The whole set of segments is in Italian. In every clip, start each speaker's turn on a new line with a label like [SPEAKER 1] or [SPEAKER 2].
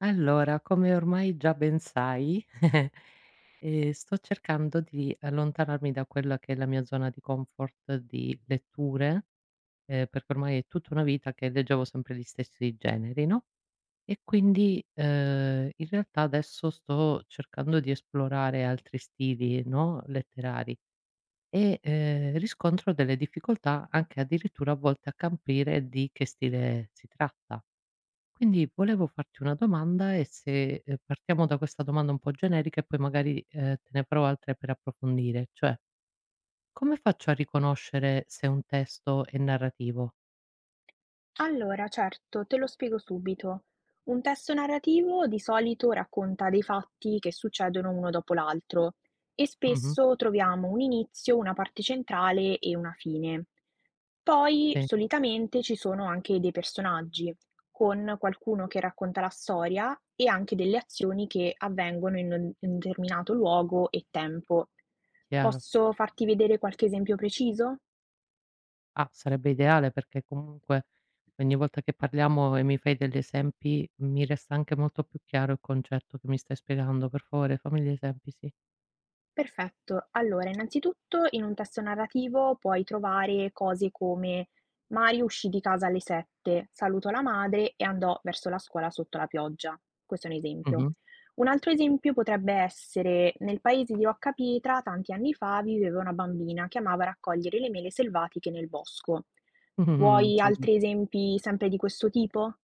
[SPEAKER 1] Allora, come ormai già ben sai, sto cercando di allontanarmi da quella che è la mia zona di comfort di letture, perché ormai è tutta una vita che leggevo sempre gli stessi generi, no, e quindi, in realtà adesso sto cercando di esplorare altri stili, no, letterari e, riscontro delle difficoltà anche addirittura a volte a capire di che stile si tratta. Quindi volevo farti una domanda e se, partiamo da questa domanda un po' generica e poi magari, te ne farò altre per approfondire, cioè: come faccio a riconoscere se un testo è narrativo?
[SPEAKER 2] Allora, certo, te lo spiego subito. Un testo narrativo di solito racconta dei fatti che succedono uno dopo l'altro e
[SPEAKER 1] Mh-mh,
[SPEAKER 2] spesso troviamo un inizio, una parte centrale e una fine. Poi
[SPEAKER 1] sì,
[SPEAKER 2] solitamente ci sono anche dei personaggi, con qualcuno che racconta la storia e anche delle azioni che avvengono in un determinato luogo e tempo.
[SPEAKER 1] chiaro.
[SPEAKER 2] Posso farti vedere qualche esempio preciso?
[SPEAKER 1] Ah, sarebbe ideale perché comunque ogni volta che parliamo e mi fai degli esempi, mi resta anche molto più chiaro il concetto che mi stai spiegando. Per favore fammi gli esempi, sì.
[SPEAKER 2] Perfetto. Allora, innanzitutto in un testo narrativo puoi trovare cose come Mario uscì di casa alle 7, salutò la madre e andò verso la scuola sotto la pioggia. Questo è un esempio.
[SPEAKER 1] Mh-mh.
[SPEAKER 2] Un altro esempio potrebbe essere nel paese di Roccapietra, tanti anni fa viveva una bambina che amava raccogliere le mele selvatiche nel bosco.
[SPEAKER 1] Mh-mh,
[SPEAKER 2] Vuoi
[SPEAKER 1] okay.
[SPEAKER 2] altri esempi sempre di questo tipo?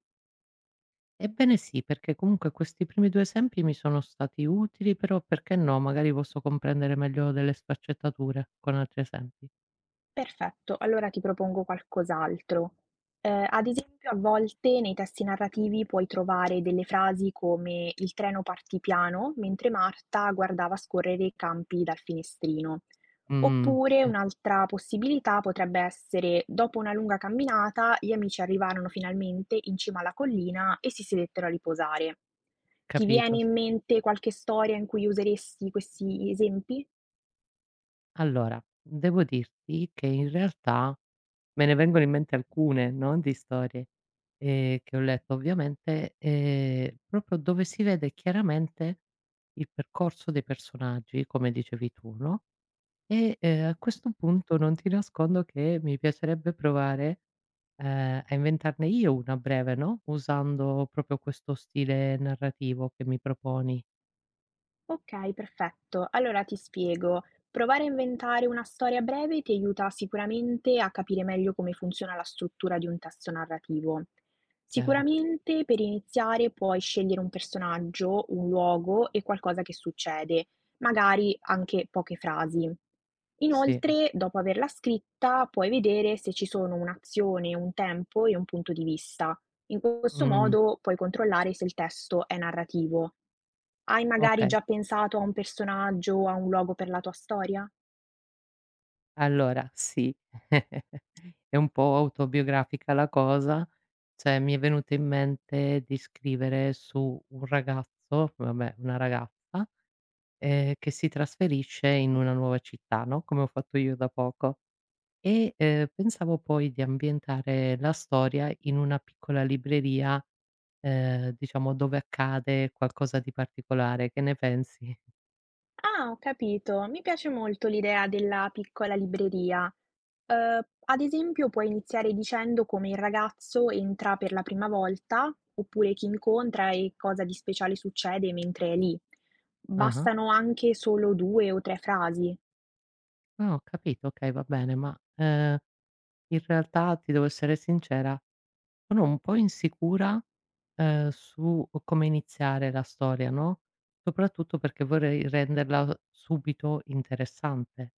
[SPEAKER 1] Ebbene sì, perché comunque questi primi 2 esempi mi sono stati utili, però perché no, magari posso comprendere meglio delle sfaccettature con altri esempi.
[SPEAKER 2] Perfetto, allora ti propongo qualcos'altro. Ad esempio a volte nei testi narrativi puoi trovare delle frasi come: "Il treno partì piano mentre Marta guardava scorrere i campi dal finestrino". Oppure
[SPEAKER 1] Sì.
[SPEAKER 2] un'altra possibilità potrebbe essere: "Dopo una lunga camminata gli amici arrivarono finalmente in cima alla collina e si sedettero a riposare". Ti viene
[SPEAKER 1] Capito,
[SPEAKER 2] in
[SPEAKER 1] sì.
[SPEAKER 2] mente qualche storia in cui useresti questi esempi?
[SPEAKER 1] Allora, devo dirti che in realtà me ne vengono in mente alcune, no, di storie, che ho letto ovviamente, proprio dove si vede chiaramente il percorso dei personaggi, come dicevi tu, no. E, a questo punto non ti nascondo che mi piacerebbe provare, a inventarne io una a breve, no, usando proprio questo stile narrativo che mi proponi.
[SPEAKER 2] Okay, perfetto. Allora ti spiego. Provare a inventare una storia breve ti aiuta sicuramente a capire meglio come funziona la struttura di un testo narrativo.
[SPEAKER 1] Chiaro.
[SPEAKER 2] Sicuramente per iniziare puoi scegliere un personaggio, un luogo e qualcosa che succede, magari anche poche frasi.
[SPEAKER 1] Sì, o
[SPEAKER 2] Inoltre, dopo averla scritta, puoi vedere se ci sono un'azione, un tempo e un punto di vista. In questo
[SPEAKER 1] mh,
[SPEAKER 2] modo puoi controllare se il testo è narrativo. Hai magari
[SPEAKER 1] okay.
[SPEAKER 2] già pensato a un personaggio o a un luogo per la tua storia?
[SPEAKER 1] Allora sì, è un po' autobiografica la cosa, cioè mi è venuto in mente di scrivere su un ragazzo, vabbè una ragazza, che si trasferisce in una nuova città, no, come ho fatto io da poco. E, pensavo poi di ambientare la storia in una piccola libreria, diciamo dove accade qualcosa di particolare. Che ne pensi?
[SPEAKER 2] Ah, ho capito. Mi piace molto l'idea della piccola libreria. Eh, ad esempio, puoi iniziare dicendo come il ragazzo entra per la prima volta, oppure chi incontra e cosa di speciale succede mentre è lì.
[SPEAKER 1] Ah-ah.
[SPEAKER 2] Bastano anche solo due o tre frasi.
[SPEAKER 1] Ah, ho capito, okay, va bene, ma, in realtà ti devo essere sincera, sono un po' insicura, su come iniziare la storia, no, soprattutto perché vorrei renderla subito interessante.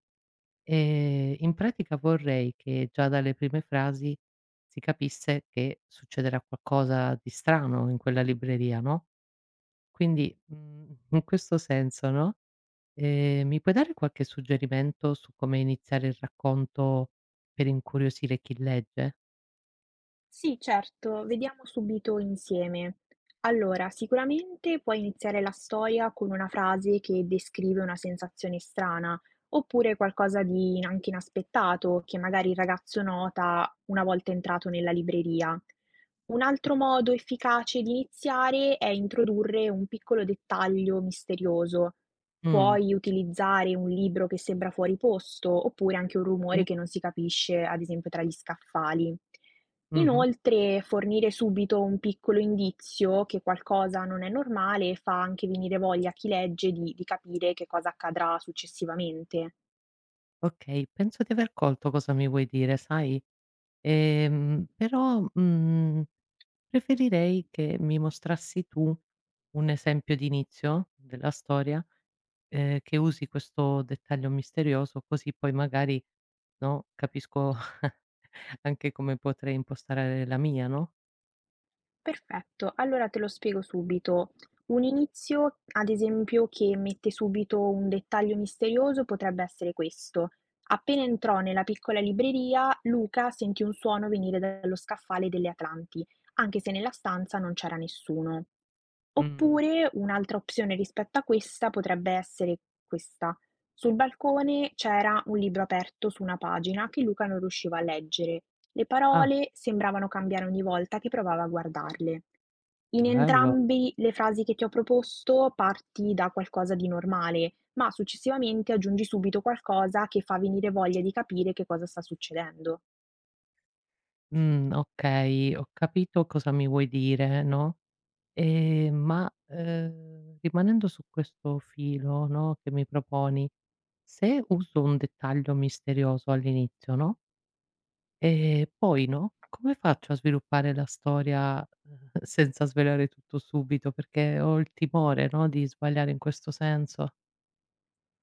[SPEAKER 1] In pratica vorrei che già dalle prime frasi si capisse che succederà qualcosa di strano in quella libreria, no, quindi, in questo senso, no, mi puoi dare qualche suggerimento su come iniziare il racconto per incuriosire chi legge?
[SPEAKER 2] Sì, certo, vediamo subito insieme. Allora, sicuramente puoi iniziare la storia con una frase che descrive una sensazione strana, oppure qualcosa di anche inaspettato che magari il ragazzo nota una volta entrato nella libreria. Un altro
[SPEAKER 1] Capi
[SPEAKER 2] modo efficace di iniziare è introdurre un piccolo dettaglio misterioso.
[SPEAKER 1] mh,
[SPEAKER 2] Puoi utilizzare un libro che sembra fuori posto, oppure anche un rumore
[SPEAKER 1] sì,
[SPEAKER 2] che non si capisce, ad esempio tra gli scaffali.
[SPEAKER 1] mh-mh.
[SPEAKER 2] Inoltre, fornire subito un piccolo indizio che qualcosa non è normale fa anche venire voglia a chi legge di, capire che cosa accadrà successivamente.
[SPEAKER 1] Okay, penso di aver colto cosa mi vuoi dire, sai, però, mhmm preferirei che mi mostrassi tu un esempio di inizio della storia, che usi questo dettaglio misterioso, così poi magari, no, capisco anche come potrei impostare la mia, no.
[SPEAKER 2] Perfetto, allora te lo spiego subito. Un inizio, ad esempio, che mette subito un dettaglio misterioso potrebbe essere questo. Appena entrò nella piccola libreria, Luca sentì un suono venire dallo scaffale delle Atlanti, anche se nella stanza non c'era nessuno.
[SPEAKER 1] Mh,
[SPEAKER 2] Oppure un'altra opzione rispetto a questa potrebbe essere questa. Sul balcone c'era un libro aperto su una pagina che Luca non riusciva a leggere, le
[SPEAKER 1] ah,
[SPEAKER 2] parole sembravano cambiare ogni volta che provava a guardarle. In
[SPEAKER 1] bello,
[SPEAKER 2] entrambi le frasi che ti ho proposto parti da qualcosa di normale, ma successivamente aggiungi subito qualcosa che fa venire voglia di capire che cosa sta succedendo.
[SPEAKER 1] okay, ho capito cosa mi vuoi dire, no. Ma rimanendo su questo filo, no, che mi proponi, se uso un dettaglio misterioso all'inizio, no. E poi no, come faccio a sviluppare la storia, senza svelare tutto subito? Perché ho il timore, no, di sbagliare in questo senso.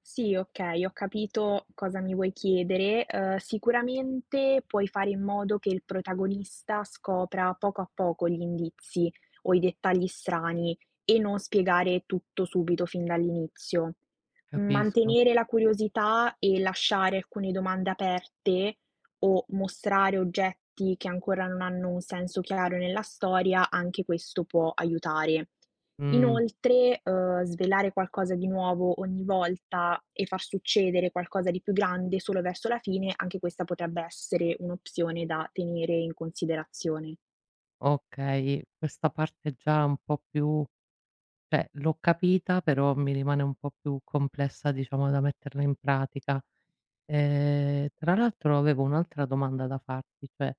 [SPEAKER 2] Sì, okay, ho capito cosa mi vuoi chiedere. Sicuramente puoi fare in modo che il protagonista scopra poco a poco gli indizi o i dettagli strani e non spiegare tutto subito fin dall'inizio.
[SPEAKER 1] Capisco.
[SPEAKER 2] Mantenere la curiosità e lasciare alcune domande aperte o mostrare oggetti che ancora non hanno un senso chiaro nella storia, anche questo può aiutare.
[SPEAKER 1] Mh,
[SPEAKER 2] Inoltre, svelare qualcosa di nuovo ogni volta e far succedere qualcosa di più grande solo verso la fine, anche questa potrebbe essere un'opzione da tenere in considerazione.
[SPEAKER 1] okay, questa parte già un po' più cioè l'ho capita, però mi rimane un po' più complessa, diciamo, da metterla in pratica. Tra l'altro avevo un'altra domanda da farti, cioè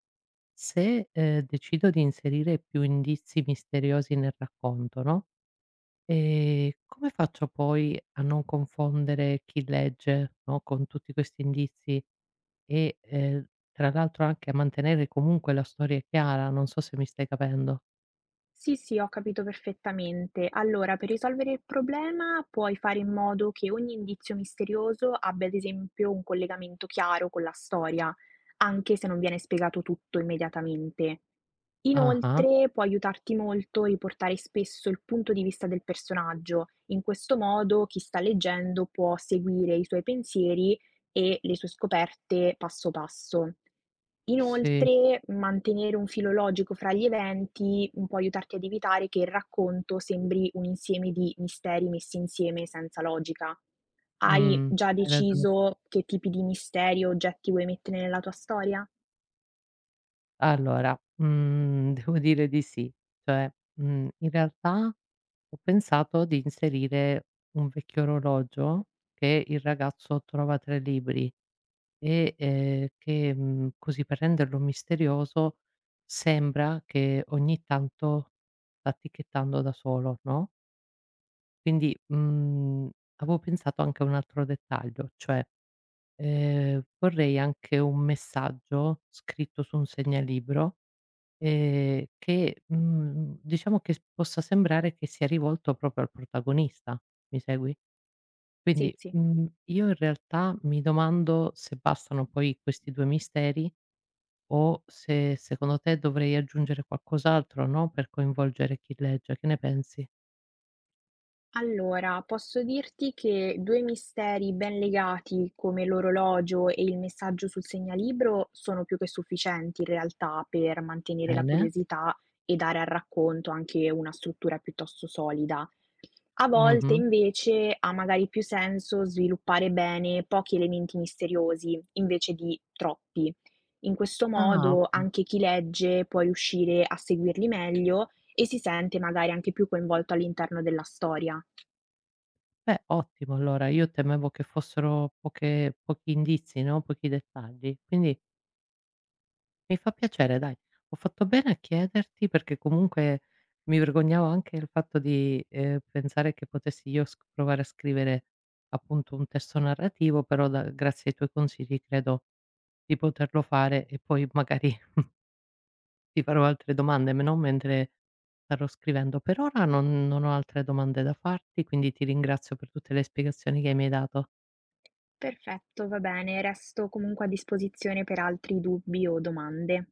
[SPEAKER 1] se, decido di inserire più indizi misteriosi nel racconto, no, come faccio poi a non confondere chi legge, no, con tutti questi indizi e, tra l'altro anche a mantenere comunque la storia chiara? Non so se mi stai capendo.
[SPEAKER 2] Sì, sì, ho capito perfettamente. Allora, per risolvere il problema puoi fare in modo che ogni indizio misterioso abbia, ad esempio, un collegamento chiaro con la storia, anche se non viene spiegato tutto immediatamente.
[SPEAKER 1] Ah-ah,
[SPEAKER 2] Inoltre, può aiutarti molto riportare spesso il punto di vista del personaggio. In questo modo, chi sta leggendo può seguire i suoi pensieri e le sue scoperte passo passo.
[SPEAKER 1] sì,
[SPEAKER 2] Inoltre, mantenere un filo logico fra gli eventi può aiutarti ad evitare che il racconto sembri un insieme di misteri messi insieme senza logica. Hai
[SPEAKER 1] mh,
[SPEAKER 2] già
[SPEAKER 1] hai ragione.
[SPEAKER 2] deciso che tipi di misteri o oggetti vuoi mettere nella tua storia?
[SPEAKER 1] Allora, mhmm, devo dire di sì. Cioè, mhmm, in realtà ho pensato di inserire un vecchio orologio che il ragazzo trova tra i libri e, che, mhmm, così per renderlo misterioso sembra che ogni tanto sta ticchettando da solo, no, quindi, mhmm, avevo pensato anche a un altro dettaglio, cioè, vorrei anche un messaggio scritto su un segnalibro. Che, mhmm, diciamo che s possa sembrare che sia rivolto proprio al protagonista, mi segui? Quindi,
[SPEAKER 2] Sì, sì.
[SPEAKER 1] mhmm, io in realtà mi domando se bastano poi questi 2 misteri o se secondo te dovrei aggiungere qualcos'altro, no, per coinvolgere chi legge, che ne pensi?
[SPEAKER 2] Allora, posso dirti che due misteri ben legati, come l'orologio e il messaggio sul segnalibro, sono più che sufficienti in realtà per mantenere la
[SPEAKER 1] Bene,
[SPEAKER 2] curiosità e dare al racconto anche una struttura piuttosto solida. A volte
[SPEAKER 1] mh-mh.
[SPEAKER 2] invece ha magari più senso sviluppare bene pochi elementi misteriosi invece di troppi. In questo
[SPEAKER 1] Ah,
[SPEAKER 2] modo
[SPEAKER 1] okay.
[SPEAKER 2] anche chi legge può riuscire a seguirli meglio e si sente magari anche più coinvolto all'interno della storia.
[SPEAKER 1] Beh, ottimo allora, io temevo che fossero poche pochi indizi, no, pochi dettagli, quindi mi fa piacere dai. Ho fatto bene a chiederti perché comunque mi vergognavo anche il fatto di, pensare che potessi io sc provare a scrivere appunto un testo narrativo, però da grazie ai tuoi consigli credo di poterlo fare e poi magari ti farò altre domande, me no, mentre starò scrivendo. Per ora non ho altre domande da farti, quindi ti ringrazio per tutte le spiegazioni che mi hai dato.
[SPEAKER 2] Perfetto, va bene, resto comunque a disposizione per altri dubbi o domande.